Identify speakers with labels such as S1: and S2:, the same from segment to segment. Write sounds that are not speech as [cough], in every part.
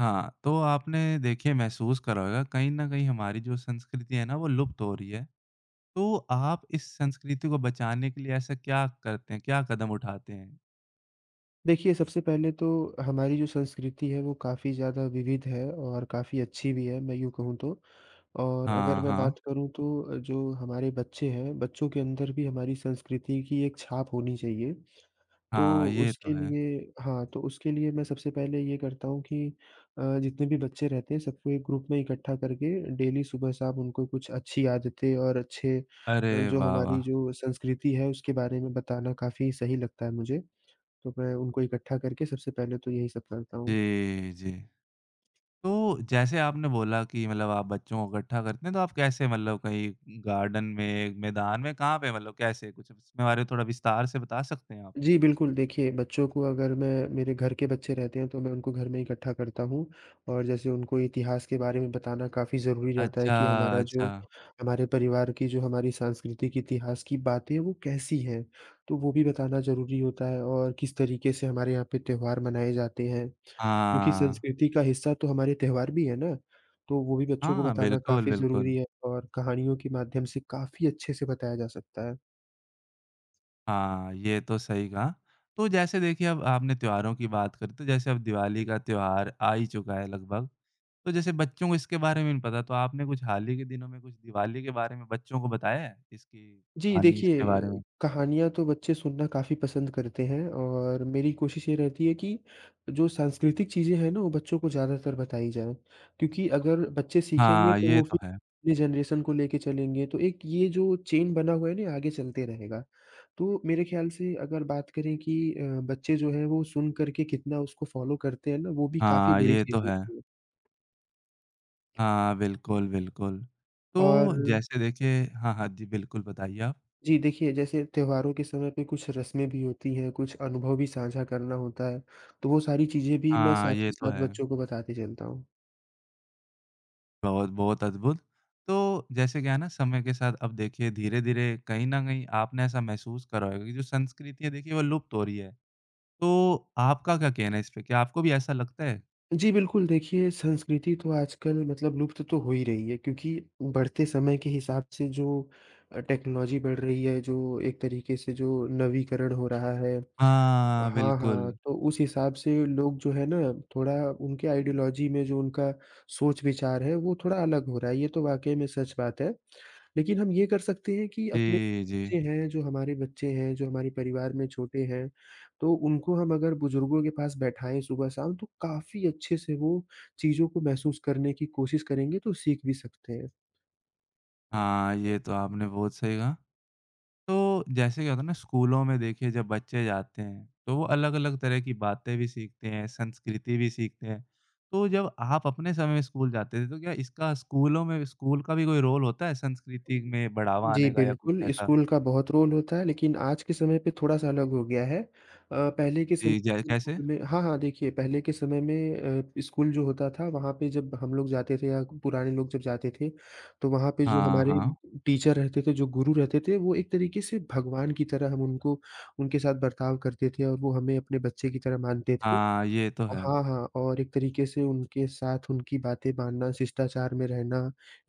S1: हाँ, तो आपने देखिए महसूस करा होगा कहीं न कहीं हमारी जो संस्कृति है ना वो लुप्त हो रही है। तो आप इस संस्कृति को बचाने के लिए ऐसा क्या करते हैं, क्या कदम उठाते हैं?
S2: देखिए, सबसे पहले तो हमारी जो संस्कृति है वो काफ़ी ज़्यादा विविध है और काफ़ी अच्छी भी है, मैं यूँ कहूँ तो। और अगर
S1: हाँ,
S2: मैं
S1: हाँ।
S2: बात करूँ तो जो हमारे बच्चे हैं, बच्चों के अंदर भी हमारी संस्कृति की एक छाप होनी चाहिए। तो
S1: हाँ, ये तो
S2: उसके
S1: है।
S2: लिए हाँ, तो उसके लिए मैं सबसे पहले ये करता हूँ कि जितने भी बच्चे रहते हैं सबको एक ग्रुप में इकट्ठा करके डेली सुबह-शाम उनको कुछ अच्छी आदतें और अच्छे
S1: अरे
S2: जो
S1: वाह, वाह!
S2: हमारी जो संस्कृति है उसके बारे में बताना काफ़ी सही लगता है मुझे। तो मैं उनको इकट्ठा करके सबसे पहले तो यही सब करता हूँ।
S1: जी, जी। तो जैसे आपने बोला कि मतलब आप बच्चों को इकट्ठा करते हैं तो आप कैसे मतलब कहीं गार्डन में, मैदान में कहाँ पे मतलब कैसे? कुछ इसमें बारे में थोड़ा विस्तार से बता सकते हैं आप?
S2: जी, बिल्कुल। देखिए, बच्चों को अगर मैं मेरे घर के बच्चे रहते हैं, तो मैं उनको घर में इकट्ठा करता हूँ और जैसे उनको इतिहास के बारे में बताना काफ़ी ज़रूरी रहता है
S1: अच्छा,
S2: कि हमारा जो
S1: अच्छा।
S2: हमारे परिवार की जो हमारी सांस्कृतिक इतिहास की बातें, वो कैसी हैं। तो वो भी बताना ज़रूरी होता है और किस तरीके से हमारे यहाँ पे त्योहार मनाए जाते हैं, क्योंकि
S1: हाँ।
S2: संस्कृति का हिस्सा तो हमारे त्योहार भी है ना। तो वो भी बच्चों को
S1: हाँ,
S2: बताना
S1: बिल्कुल,
S2: काफ़ी
S1: बिल्कुल।
S2: ज़रूरी है और कहानियों के माध्यम से काफ़ी अच्छे से बताया जा सकता है।
S1: हाँ, ये तो सही कहा। तो जैसे देखिए अब आपने त्योहारों की बात करी तो जैसे अब दिवाली का त्योहार आ ही चुका है लगभग। तो जैसे बच्चों को इसके बारे में नहीं पता तो आपने कुछ हाल ही के दिनों में कुछ दिवाली के बारे में बच्चों को बताया है? इसकी
S2: जी,
S1: कहानी इसके
S2: देखिए
S1: बारे में?
S2: कहानियाँ तो बच्चे सुनना काफ़ी पसंद करते हैं और मेरी कोशिश ये रहती है कि जो सांस्कृतिक चीज़ें हैं ना, वो बच्चों को ज़्यादातर बताई जाएँ। क्योंकि अगर बच्चे सीखेंगे
S1: हाँ,
S2: तो
S1: ये
S2: वो
S1: तो
S2: फिर
S1: है।
S2: अपने जनरेशन को लेके चलेंगे, तो एक ये जो चेन बना हुआ है ना, ये आगे चलते रहेगा। तो मेरे ख़्याल से अगर बात करें कि बच्चे जो हैं, वो सुन कर के कितना उसको फ़ॉलो करते हैं ना, वो भी काफ़ी
S1: हाँ,
S2: बड़ी
S1: ये
S2: चीज़
S1: तो है।
S2: होती है।
S1: हाँ, बिल्कुल, बिल्कुल।
S2: और
S1: तो जैसे देखिए हाँ, हाँ जी, बिल्कुल बताइए आप।
S2: जी, देखिए जैसे त्योहारों के समय पे कुछ रस्में भी होती हैं, कुछ अनुभव भी साझा करना होता है, तो वो सारी चीज़ें भी मैं हुँ।
S1: हाँ,
S2: साथ
S1: ये
S2: ही
S1: तो
S2: साथ
S1: है।
S2: बच्चों को बताते चलता हूँ।
S1: बहुत, बहुत अद्भुत। तो जैसे क्या है ना समय के साथ अब देखिए धीरे-धीरे कहीं न कहीं आपने ऐसा महसूस करा होगा कि जो संस्कृति है देखिए वो लुप्त हो रही है। तो आपका क्या कहना है इस पे? क्या आपको भी ऐसा लगता है?
S2: जी, बिल्कुल। देखिए, संस्कृति तो आजकल मतलब लुप्त तो हो ही रही है क्योंकि बढ़ते समय के हिसाब से जो टेक्नोलॉजी बढ़ रही है, जो एक तरीके से जो नवीकरण हो रहा है।
S1: हाँ,
S2: हाँ,
S1: बिल्कुल।
S2: हाँ, तो उस हिसाब से लोग जो है ना थोड़ा उनके आइडियोलॉजी में जो उनका सोच-विचार है वो थोड़ा अलग हो रहा है, ये तो वाक़ई में सच बात है। लेकिन हम ये कर सकते हैं कि अपने
S1: जी, जी।
S2: बच्चे हैं, जो हमारे बच्चे हैं, जो हमारे परिवार में छोटे हैं, तो उनको हम अगर बुज़ुर्गों के पास बैठाएँ सुबह-शाम तो काफ़ी अच्छे से वो चीज़ों को महसूस करने की कोशिश करेंगे तो सीख भी सकते हैं।
S1: हाँ, ये तो आपने बहुत सही कहा। तो जैसे क्या होता है ना स्कूलों में देखिए जब बच्चे जाते हैं तो वो अलग-अलग तरह की बातें भी सीखते हैं, संस्कृति भी सीखते हैं। तो जब आप अपने समय में स्कूल जाते थे तो क्या इसका स्कूलों में स्कूल का भी कोई रोल होता है संस्कृति में बढ़ावा
S2: जी,
S1: आने का या कुछ
S2: बिल्कुल,
S1: ऐसा?
S2: स्कूल का बहुत रोल होता है, लेकिन आज के समय पे थोड़ा-सा अलग हो गया है। अ, पहले के समय
S1: जी, जै कैसे?
S2: स्कूल में हाँ, हाँ, देखिए, पहले के समय में स्कूल जो होता था, वहाँ पे जब हम लोग जाते थे या पुराने लोग जब जाते थे, तो वहाँ पे जो
S1: हाँ,
S2: हमारे
S1: हाँ।
S2: टीचर रहते थे, जो गुरु रहते थे, वो एक तरीके से भगवान की तरह हम उनको उनके साथ बर्ताव करते थे और वो हमें अपने बच्चे की तरह मानते थे।
S1: हाँ, ये तो है।
S2: हाँ, हाँ और एक तरीके से उनके साथ उनकी बातें मानना, शिष्टाचार में रहना,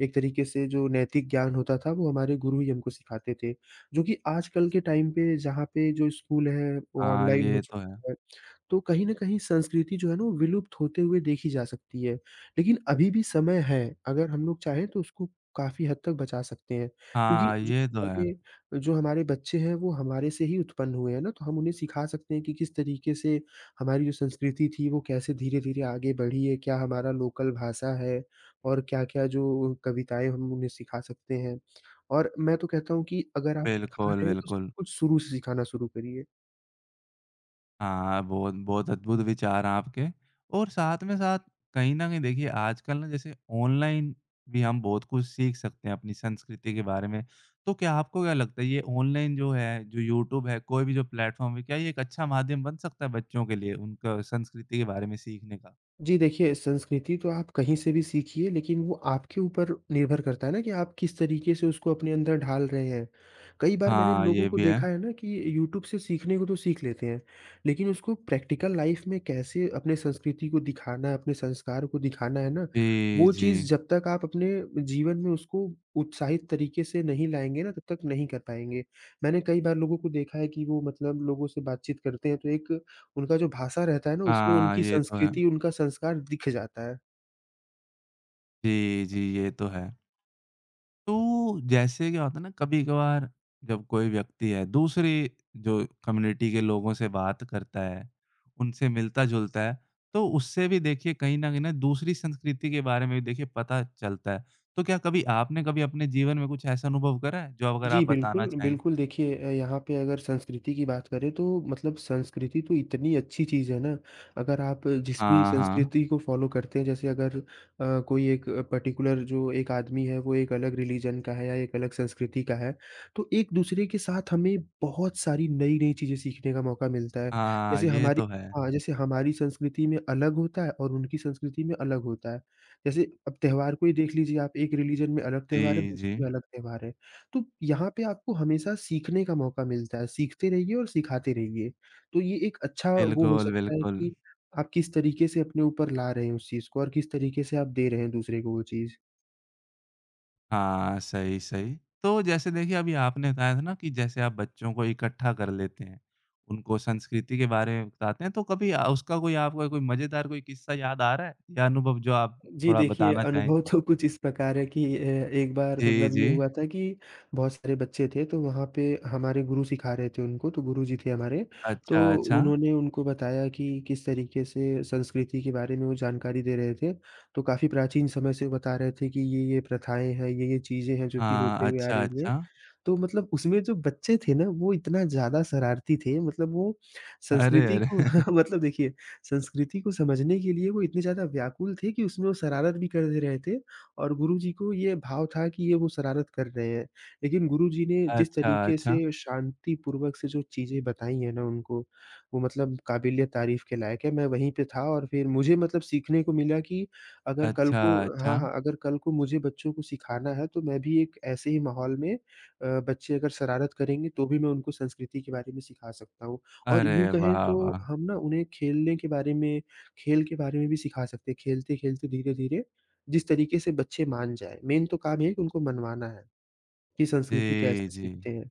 S2: एक तरीके से जो नैतिक ज्ञान होता था वो हमारे गुरु ही हमको सिखाते थे। जो कि आजकल के टाइम पे जहाँ पे जो स्कूल है वो
S1: हाँ,
S2: ऑनलाइन हो
S1: ये तो है।
S2: चुका है। तो कहीं न कहीं संस्कृति जो है ना वो विलुप्त होते हुए देखी जा सकती है। लेकिन अभी भी समय है, अगर हम लोग चाहें तो उसको काफ़ी हद तक बचा सकते हैं। क्योंकि
S1: हाँ,
S2: जो
S1: ये तो है।
S2: हमारे बच्चे हैं वो हमारे से ही उत्पन्न हुए हैं ना, तो हम उन्हें सिखा सकते हैं कि किस तरीके से हमारी जो संस्कृति थी वो कैसे धीरे-धीरे आगे बढ़ी है, क्या हमारा लोकल भाषा है और क्या-क्या जो कविताएँ हम उन्हें सिखा सकते हैं। और मैं तो कहता हूँ कि अगर आप सिखा
S1: बिल्कुल,
S2: रहे हैं तो सब
S1: बिल्कुल।
S2: कुछ शुरू से सिखाना शुरू करिए।
S1: हाँ, बहुत बहुत अद्भुत विचार हैं आपके और साथ में साथ कहीं न कहीं देखिए आजकल ना जैसे ऑनलाइन भी हम बहुत कुछ सीख सकते हैं अपनी संस्कृति के बारे में। तो क्या आपको क्या लगता है ये ऑनलाइन जो है, जो यूट्यूब है, कोई भी जो प्लेटफ़ॉर्म है, क्या ये एक अच्छा माध्यम बन सकता है बच्चों के लिए उनका संस्कृति के बारे में सीखने का?
S2: जी देखिए, संस्कृति तो आप कहीं से भी सीखिए लेकिन वो आपके ऊपर निर्भर करता है ना कि आप किस तरीके से उसको अपने अंदर ढाल रहे हैं। कई बार मैंने
S1: हाँ,
S2: लोगों
S1: ये
S2: को
S1: भी है।
S2: देखा है ना कि यूट्यूब से सीखने को तो सीख लेते हैं, लेकिन उसको प्रैक्टिकल लाइफ़ में कैसे अपने संस्कृति को दिखाना है, अपने संस्कार को दिखाना है ना,
S1: जी,
S2: वो
S1: जी।
S2: चीज़ जब तक आप अपने जीवन में उसको उत्साहित तरीके से नहीं लाएँगे ना तब तक नहीं कर पाएँगे। मैंने कई बार लोगों को देखा है कि वो मतलब लोगों से बातचीत करते हैं तो एक उनका जो भाषा रहता है ना उसमें
S1: हाँ,
S2: उनकी
S1: ये तो है।
S2: संस्कृति, उनका संस्कार दिख जाता है।
S1: जी, जी, ये तो है। तो जैसे क्या होता है ना कभी-कभार जब कोई व्यक्ति है दूसरी जो कम्युनिटी के लोगों से बात करता है, उनसे मिलता-जुलता है, तो उससे भी देखिए कहीं न कहीं ना दूसरी संस्कृति के बारे में भी देखिए पता चलता है। तो क्या कभी आपने कभी अपने जीवन में कुछ ऐसा अनुभव करा है जो अगर
S2: जी,
S1: आप बताना
S2: बिल्कुल,
S1: चाहें?
S2: बिल्कुल। देखिए यहाँ पे अगर संस्कृति की बात करें तो मतलब संस्कृति तो इतनी अच्छी चीज़ है ना, अगर आप जिस भी
S1: हाँ, हाँ।
S2: संस्कृति को फ़ॉलो करते हैं जैसे अगर कोई एक पर्टिकुलर जो एक आदमी है वो एक अलग रिलीजन का है या एक अलग संस्कृति का है, तो एक-दूसरे के साथ हमें बहुत सारी नई-नई चीज़ें सीखने का मौका मिलता है।
S1: हाँ,
S2: जैसे
S1: ये
S2: हमारी
S1: तो है।
S2: हाँ, जैसे हमारी संस्कृति में अलग होता है और उनकी संस्कृति में अलग होता है। जैसे अब त्योहार को ही देख लीजिए आप, एक रिलीजन में अलग त्योहार है,
S1: जी,
S2: दूसरे
S1: जी।
S2: में अलग त्योहार है। तो यहाँ पे आपको हमेशा सीखने का मौका मिलता है, सीखते रहिए और सिखाते रहिए। तो ये एक अच्छा वो हो
S1: बिल्कुल,
S2: सकता है
S1: बिल्कुल।
S2: कि आप किस तरीके से अपने ऊपर ला रहे हैं उस चीज़ को और किस तरीके से आप दे रहे हैं दूसरे को वो चीज़।
S1: हाँ, सही, सही। तो जैसे देखिए अभी आपने बताया था ना कि जैसे आप बच्चों को इकट्ठा कर लेते हैं, उनको संस्कृति के बारे में बताते हैं, तो कभी उसका कोई आपको कोई मज़ेदार कोई किस्सा याद आ रहा है या अनुभव जो आप
S2: जी
S1: थोड़ा
S2: देखिए,
S1: बताना चाहें?
S2: अनुभव तो कुछ इस प्रकार है कि एक बार
S1: जी,
S2: मतलब ये
S1: जी।
S2: हुआ था कि बहुत सारे बच्चे थे, तो वहाँ पे हमारे गुरु सिखा रहे थे उनको, तो गुरुजी थे हमारे। तो
S1: अच्छा, अच्छा।
S2: उन्होंने उनको बताया कि किस तरीके से संस्कृति के बारे में वो जानकारी दे रहे थे। तो काफ़ी प्राचीन समय से बता रहे थे कि ये प्रथाएँ हैं, ये चीज़ें हैं जो कि
S1: हाँ,
S2: होते हुए आ
S1: अच्छा,
S2: रही हैं।
S1: अच्छा।
S2: तो मतलब उसमें जो बच्चे थे ना, वो इतना ज़्यादा शरारती थे, मतलब वो
S1: अरे,
S2: संस्कृति
S1: अरे!
S2: को
S1: [laughs]
S2: [laughs] मतलब देखिए, संस्कृति को समझने के लिए वो इतने ज़्यादा व्याकुल थे कि उसमें वो शरारत भी कर दे रहे थे और गुरुजी को ये भाव था कि ये वो शरारत कर रहे हैं। लेकिन गुरुजी ने जिस
S1: अच्छा,
S2: तरीके
S1: अच्छा।
S2: से शांतिपूर्वक से जो चीज़ें बताई हैं ना उनको, वो मतलब काबिलिए तारीफ़ के लायक है। मैं वहीं पे था और फिर मुझे मतलब सीखने को मिला कि अगर कल
S1: अच्छा,
S2: को
S1: अच्छा।
S2: हाँ, हाँ, अगर कल को मुझे बच्चों को सिखाना है, तो मैं भी एक ऐसे ही माहौल में बच्चे अगर शरारत करेंगे तो भी मैं उनको संस्कृति के बारे में सिखा सकता हूँ। और
S1: अरे
S2: यूँ कहें
S1: वाह,
S2: तो
S1: वाह!
S2: हम ना उन्हें खेल के बारे में भी सिखा सकते हैं, खेलते-खेलते धीरे-धीरे जिस तरीके से बच्चे मान जाएँ। मेन तो काम है कि उनको मनवाना है, कि संस्कृति
S1: जी,
S2: कैसे
S1: जी।
S2: सीखते हैं।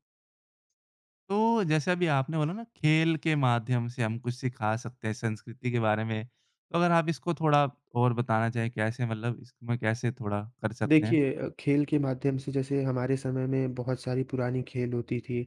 S1: तो जैसे अभी आपने बोला ना खेल के माध्यम से हम कुछ सिखा सकते हैं संस्कृति के बारे में। तो अगर आप इसको थोड़ा और बताना चाहें कैसे मतलब इसमें कैसे थोड़ा कर सकते हैं?
S2: देखिए खेल के माध्यम से जैसे हमारे समय में बहुत सारी पुरानी खेल होती थी,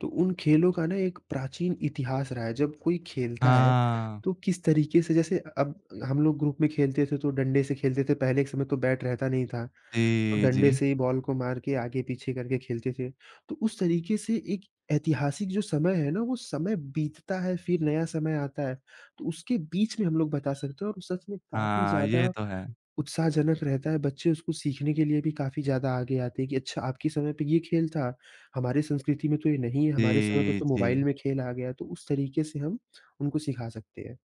S2: तो उन खेलों का ना एक प्राचीन इतिहास रहा है। जब कोई खेलता है,
S1: हाँ।
S2: तो किस तरीके से जैसे अब हम लोग ग्रुप में खेलते थे तो डंडे से खेलते थे, पहले के समय तो बैट रहता नहीं था, तो
S1: जी, जी।
S2: डंडे से ही बॉल को मार के आगे-पीछे करके खेलते थे। तो उस तरीके से एक ऐतिहासिक जो समय है ना, वो समय बीतता है, फिर नया समय आता है, तो उसके बीच में हम लोग बता सकते हैं और सच में काफ़ी
S1: हाँ, ये
S2: ज़्यादा
S1: तो है।
S2: उत्साहजनक रहता है, बच्चे उसको सीखने के लिए भी काफ़ी ज़्यादा आगे आते हैं कि अच्छा आपके समय पे ये खेल था, हमारे संस्कृति में तो ये नहीं है, हमारे समय पे
S1: जी,
S2: तो
S1: जी।
S2: मोबाइल में खेल आ गया, तो उस तरीके से हम उनको सिखा सकते हैं।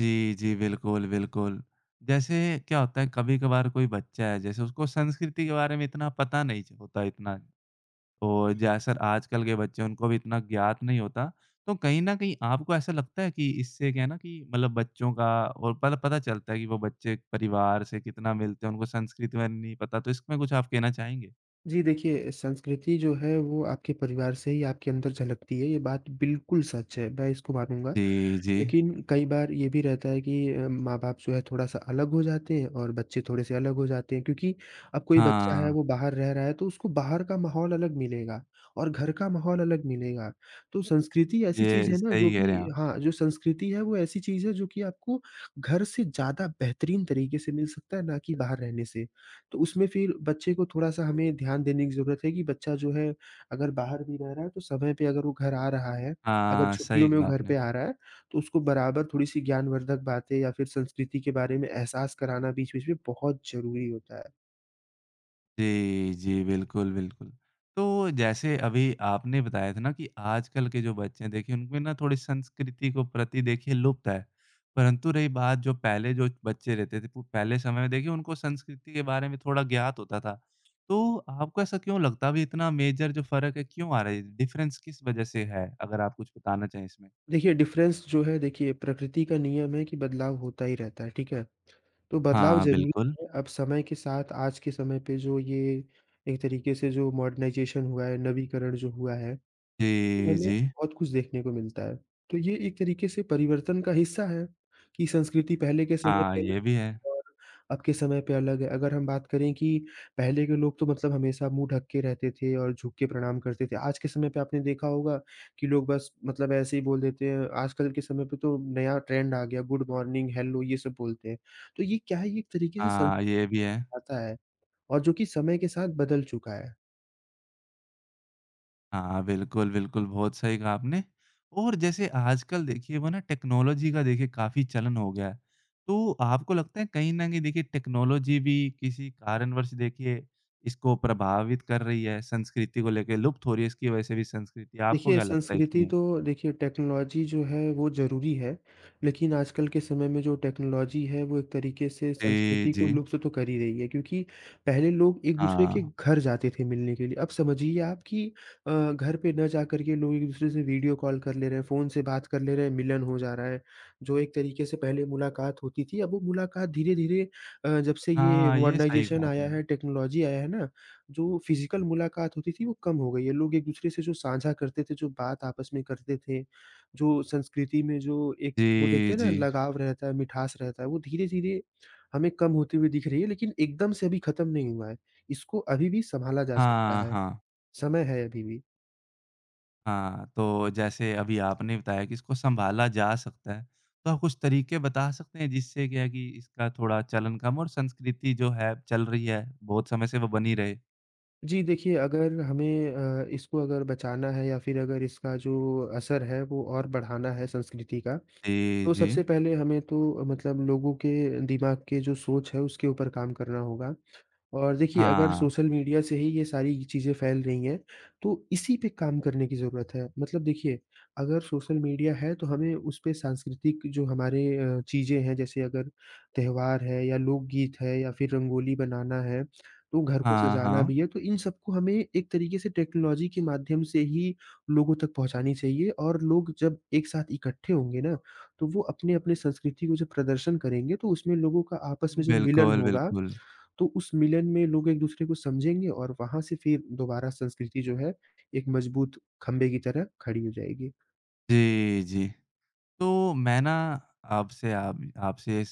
S1: जी, जी, बिल्कुल, बिल्कुल। जैसे क्या होता है कभी-कभार कोई बच्चा है जैसे उसको संस्कृति के बारे में इतना पता नहीं च होता इतना तो जैसा आजकल के बच्चे हैं, उनको भी इतना ज्ञात नहीं होता। तो कहीं न कहीं आपको ऐसा लगता है कि इससे क्या है ना कि मतलब बच्चों का और पल पता चलता है कि वो बच्चे परिवार से कितना मिलते हैं, उनको संस्कृति में नहीं पता, तो इसमें कुछ आप कहना चाहेंगे?
S2: जी, देखिए संस्कृति जो है वो आपके परिवार से ही आपके अंदर झलकती है, ये बात बिल्कुल सच है, मैं इसको मानूँगा।
S1: जी, जी।
S2: लेकिन कई बार ये भी रहता है कि माँ-बाप जो है थोड़ा-सा अलग हो जाते हैं और बच्चे थोड़े-से अलग हो जाते हैं क्योंकि अब कोई बच्चा है
S1: हाँ,
S2: वो बाहर रह रहा है तो उसको बाहर का माहौल अलग मिलेगा और घर का माहौल अलग मिलेगा। तो संस्कृति ऐसी चीज़
S1: ये
S2: है ना जो
S1: सही कह रहे हैं
S2: कि
S1: आप।
S2: हाँ, जो संस्कृति है वो ऐसी चीज़ है जो कि आपको घर से ज़्यादा बेहतरीन तरीके से मिल सकता है ना कि बाहर रहने से। तो उसमें फिर बच्चे को थोड़ा-सा हमें ध्यान देने की ज़रूरत है कि बच्चा जो है अगर बाहर भी रह रहा है तो समय पे अगर वो घर आ रहा है, अगर
S1: हाँ,
S2: छुट्टियों
S1: सही
S2: में वो
S1: कहा
S2: घर
S1: आपने।
S2: पे आ रहा है, तो उसको बराबर थोड़ी-सी ज्ञानवर्धक बातें या फिर संस्कृति के बारे में एहसास कराना बीच-बीच में बहुत ज़रूरी होता है।
S1: जी, जी। बिल्कुल, बिल्कुल। तो जैसे अभी आपने बताया था ना कि आजकल के जो बच्चे हैं देखिए उनमें ना थोड़ी संस्कृति को प्रति देखिए लुप्त है। परंतु रही बात जो पहले जो बच्चे रहते थे, पहले समय में देखिए उनको संस्कृति के बारे में थोड़ा ज्ञात होता था। तो आपको ऐसा क्यों लगता है अभी इतना मेजर जो फ़र्क है क्यों आ रहा है? डिफ़रेंस किस वज़ह से है? अगर आप कुछ बताना चाहें इसमें?
S2: देखिए डिफ़रेंस जो है देखिए प्रकृति का नियम है कि बदलाव होता ही रहता है, ठीक है? तो बदलाव
S1: हाँ,
S2: ज़रूरी
S1: बिल्कुल।
S2: है। अब समय के साथ आज के समय पे जो ये एक तरीके से जो मॉडर्नाइज़ेशन हुआ है, नवीकरण जो हुआ है,
S1: जी,
S2: हमें
S1: जी।
S2: बहुत कुछ देखने को मिलता है। तो ये एक तरीके से परिवर्तन का हिस्सा है कि संस्कृति पहले के समय
S1: हाँ,
S2: पे अलग
S1: ये भी है।
S2: और अब के समय पे अलग है। अगर हम बात करें कि पहले के लोग तो मतलब हमेशा मुँह ढँक के रहते थे और झुक के प्रणाम करते थे। आज के समय पे आपने देखा होगा कि लोग बस मतलब ऐसे ही बोल देते हैं। आजकल के समय पे तो नया ट्रेंड आ गया, गुड मॉर्निंग, हेलो ये सब बोलते हैं। तो ये क्या है, ये एक तरीके से
S1: हाँ,
S2: संस्कृत
S1: ये भी है।
S2: आता है और जो कि समय के साथ बदल चुका है।
S1: हाँ, बिल्कुल, बिल्कुल, बहुत सही कहा आपने। और जैसे आजकल देखिए वो ना टेक्नोलॉजी का देखिए काफ़ी चलन हो गया है। तो आपको लगता है कहीं न कहीं देखिए टेक्नोलॉजी भी किसी कारणवश देखिए इसको प्रभावित कर रही है, संस्कृति को लेके लुप्त हो रही है इसकी वजह से भी संस्कृति, आपको
S2: देखिए,
S1: क्या लगता है
S2: संस्कृति
S1: इसमें?
S2: तो देखिए टेक्नोलॉजी जो है वो ज़रूरी है, लेकिन आजकल के समय में जो टेक्नोलॉजी है वो एक तरीके से
S1: जी,
S2: संस्कृति को
S1: जी।
S2: लुप्त तो कर ही रही है, क्योंकि पहले लोग एक-दूसरे के
S1: हाँ।
S2: घर जाते थे मिलने के लिए। अब समझिए आप कि घर पे ना जाकर के लोग एक-दूसरे से वीडियो कॉल कर ले रहे हैं, फ़ोन से बात कर ले रहे हैं, मिलन हो जा रहा है। जो एक तरीके से पहले मुलाकात होती थी, अब वो मुलाकात धीरे-धीरे जब से ये
S1: हाँ, ये सही कहा
S2: मॉडर्नाइज़ेशन
S1: आपने।
S2: आया है, टेक्नोलॉजी आया है ना, जो फिज़िकल मुलाकात होती थी वो कम हो गई है। लोग एक-दूसरे से जो साझा करते थे, जो बात आपस में करते थे, जो संस्कृति में जो एक वो देखते
S1: जी,
S2: हैं ना
S1: जी।
S2: लगाव रहता है, मिठास रहता है, वो धीरे-धीरे हमें कम होती हुई दिख रही है, लेकिन एकदम से अभी खत्म नहीं हुआ है। इसको अभी भी सँभाला जा
S1: हाँ,
S2: सकता है,
S1: हाँ।
S2: समय है अभी भी।
S1: हाँ, तो जैसे अभी आपने बताया कि इसको सँभाला जा सकता है, तो आप कुछ तरीके बता सकते हैं जिससे क्या है कि इसका थोड़ा चलन कम और संस्कृति जो है चल रही है, बहुत समय से वो बनी रहे?
S2: जी देखिए, अगर हमें इसको अगर बचाना है या फिर अगर इसका जो असर है वो और बढ़ाना है संस्कृति का,
S1: जी,
S2: तो
S1: जी।
S2: सबसे पहले हमें तो मतलब लोगों के दिमाग के जो सोच है उसके ऊपर काम करना होगा। और देखिए, अगर
S1: हाँ।
S2: सोशल मीडिया से ही ये सारी चीज़ें फैल रही हैं, तो इसी पे काम करने की ज़रूरत है। मतलब देखिए, अगर सोशल मीडिया है, तो हमें उसपे सांस्कृतिक जो हमारे चीज़ें हैं, जैसे अगर त्योहार है या लोकगीत है या फिर रंगोली बनाना है, तो घर को
S1: हाँ,
S2: सजाना
S1: हाँ।
S2: भी है, तो इन सबको हमें एक तरीके से टेक्नोलॉजी के माध्यम से ही लोगों तक पहुँचानी चाहिए। और लोग जब एक साथ इकट्ठे होंगे ना, तो वो अपने-अपने संस्कृति को जब प्रदर्शन करेंगे, तो उसमें लोगों का आपस में जब मिलन
S1: बिल्कुल,
S2: होगा,
S1: बिल्कुल।
S2: तो उस मिलन में लोग एक-दूसरे को समझेंगे और वहाँ से फिर दोबारा संस्कृति जो है, एक मजबूत खंभे की तरह खड़ी हो जाएगी।
S1: जी, जी। तो मैं ना आपसे आप आपसे इस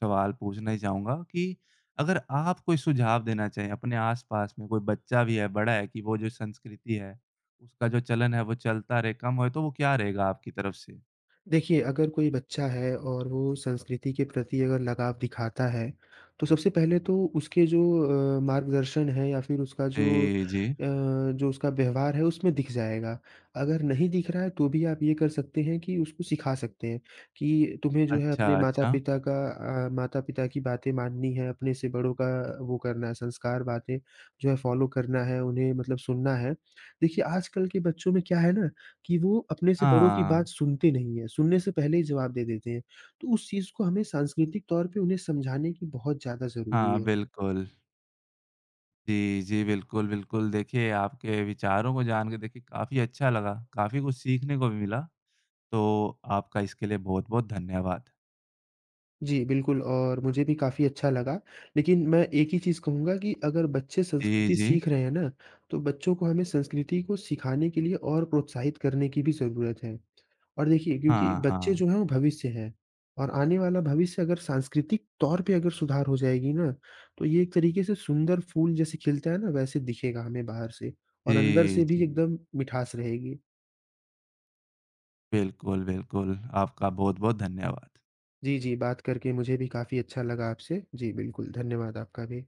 S1: सवाल पूछना ही चाहूँगा कि अगर आप कोई सुझाव देना चाहें अपने आस-पास में कोई बच्चा भी है, बड़ा है कि वो जो संस्कृति है, उसका जो चलन है वो चलता रहे, कम होए, तो वो क्या रहेगा आपकी तरफ से?
S2: देखिए, अगर कोई बच्चा है और वो संस्कृति के प्रति अगर लगाव दिखाता है, तो सबसे पहले तो उसके जो मार्गदर्शन है या फिर उसका जो
S1: जी, जी।
S2: जो उसका व्यवहार है उसमें दिख जाएगा। अगर नहीं दिख रहा है तो भी आप ये कर सकते हैं कि उसको सिखा सकते हैं कि तुम्हें जो है
S1: अच्छा,
S2: अपने
S1: अच्छा।
S2: माता-पिता का माता-पिता की बातें माननी है, अपने से बड़ों का वो करना है, संस्कार बातें जो है फ़ॉलो करना है, उन्हें मतलब सुनना है। देखिए, आजकल के बच्चों में क्या है ना कि वो अपने से बड़ों की
S1: हाँ।
S2: बात सुनते नहीं हैं, सुनने से पहले ही जवाब दे देते हैं। तो उस चीज़ को हमें सांस्कृतिक तौर पे उन्हें समझाने की बहुत ज़्यादा ज़रूरी
S1: हाँ,
S2: है।
S1: बिल्कुल। जी, जी, बिल्कुल, बिल्कुल। देखिए, आपके विचारों को जान के देखिए काफ़ी अच्छा लगा, काफ़ी कुछ सीखने को भी मिला, तो आपका इसके लिए बहुत-बहुत धन्यवाद।
S2: जी, बिल्कुल और मुझे भी काफ़ी अच्छा लगा। लेकिन मैं एक ही चीज़ कहूँगा कि अगर बच्चे
S1: जी,
S2: संस्कृति
S1: जी।
S2: सीख रहे हैं ना, तो बच्चों को हमें संस्कृति को सिखाने के लिए और प्रोत्साहित करने की भी ज़रूरत है। और देखिए क्योंकि
S1: हाँ,
S2: बच्चे
S1: हाँ।
S2: जो हैं वो भविष्य हैं और आने वाला भविष्य अगर सांस्कृतिक तौर पे अगर सुधार हो जाएगी ना, तो ये एक तरीके से सुंदर फूल जैसे खिलता है ना, वैसे दिखेगा हमें बाहर से और अंदर
S1: जी,
S2: से भी
S1: जी।
S2: एकदम मिठास रहेगी।
S1: बिल्कुल, बिल्कुल। आपका बहुत-बहुत धन्यवाद।
S2: जी, जी, बात करके मुझे भी काफ़ी अच्छा लगा आपसे। जी, बिल्कुल, धन्यवाद आपका भी।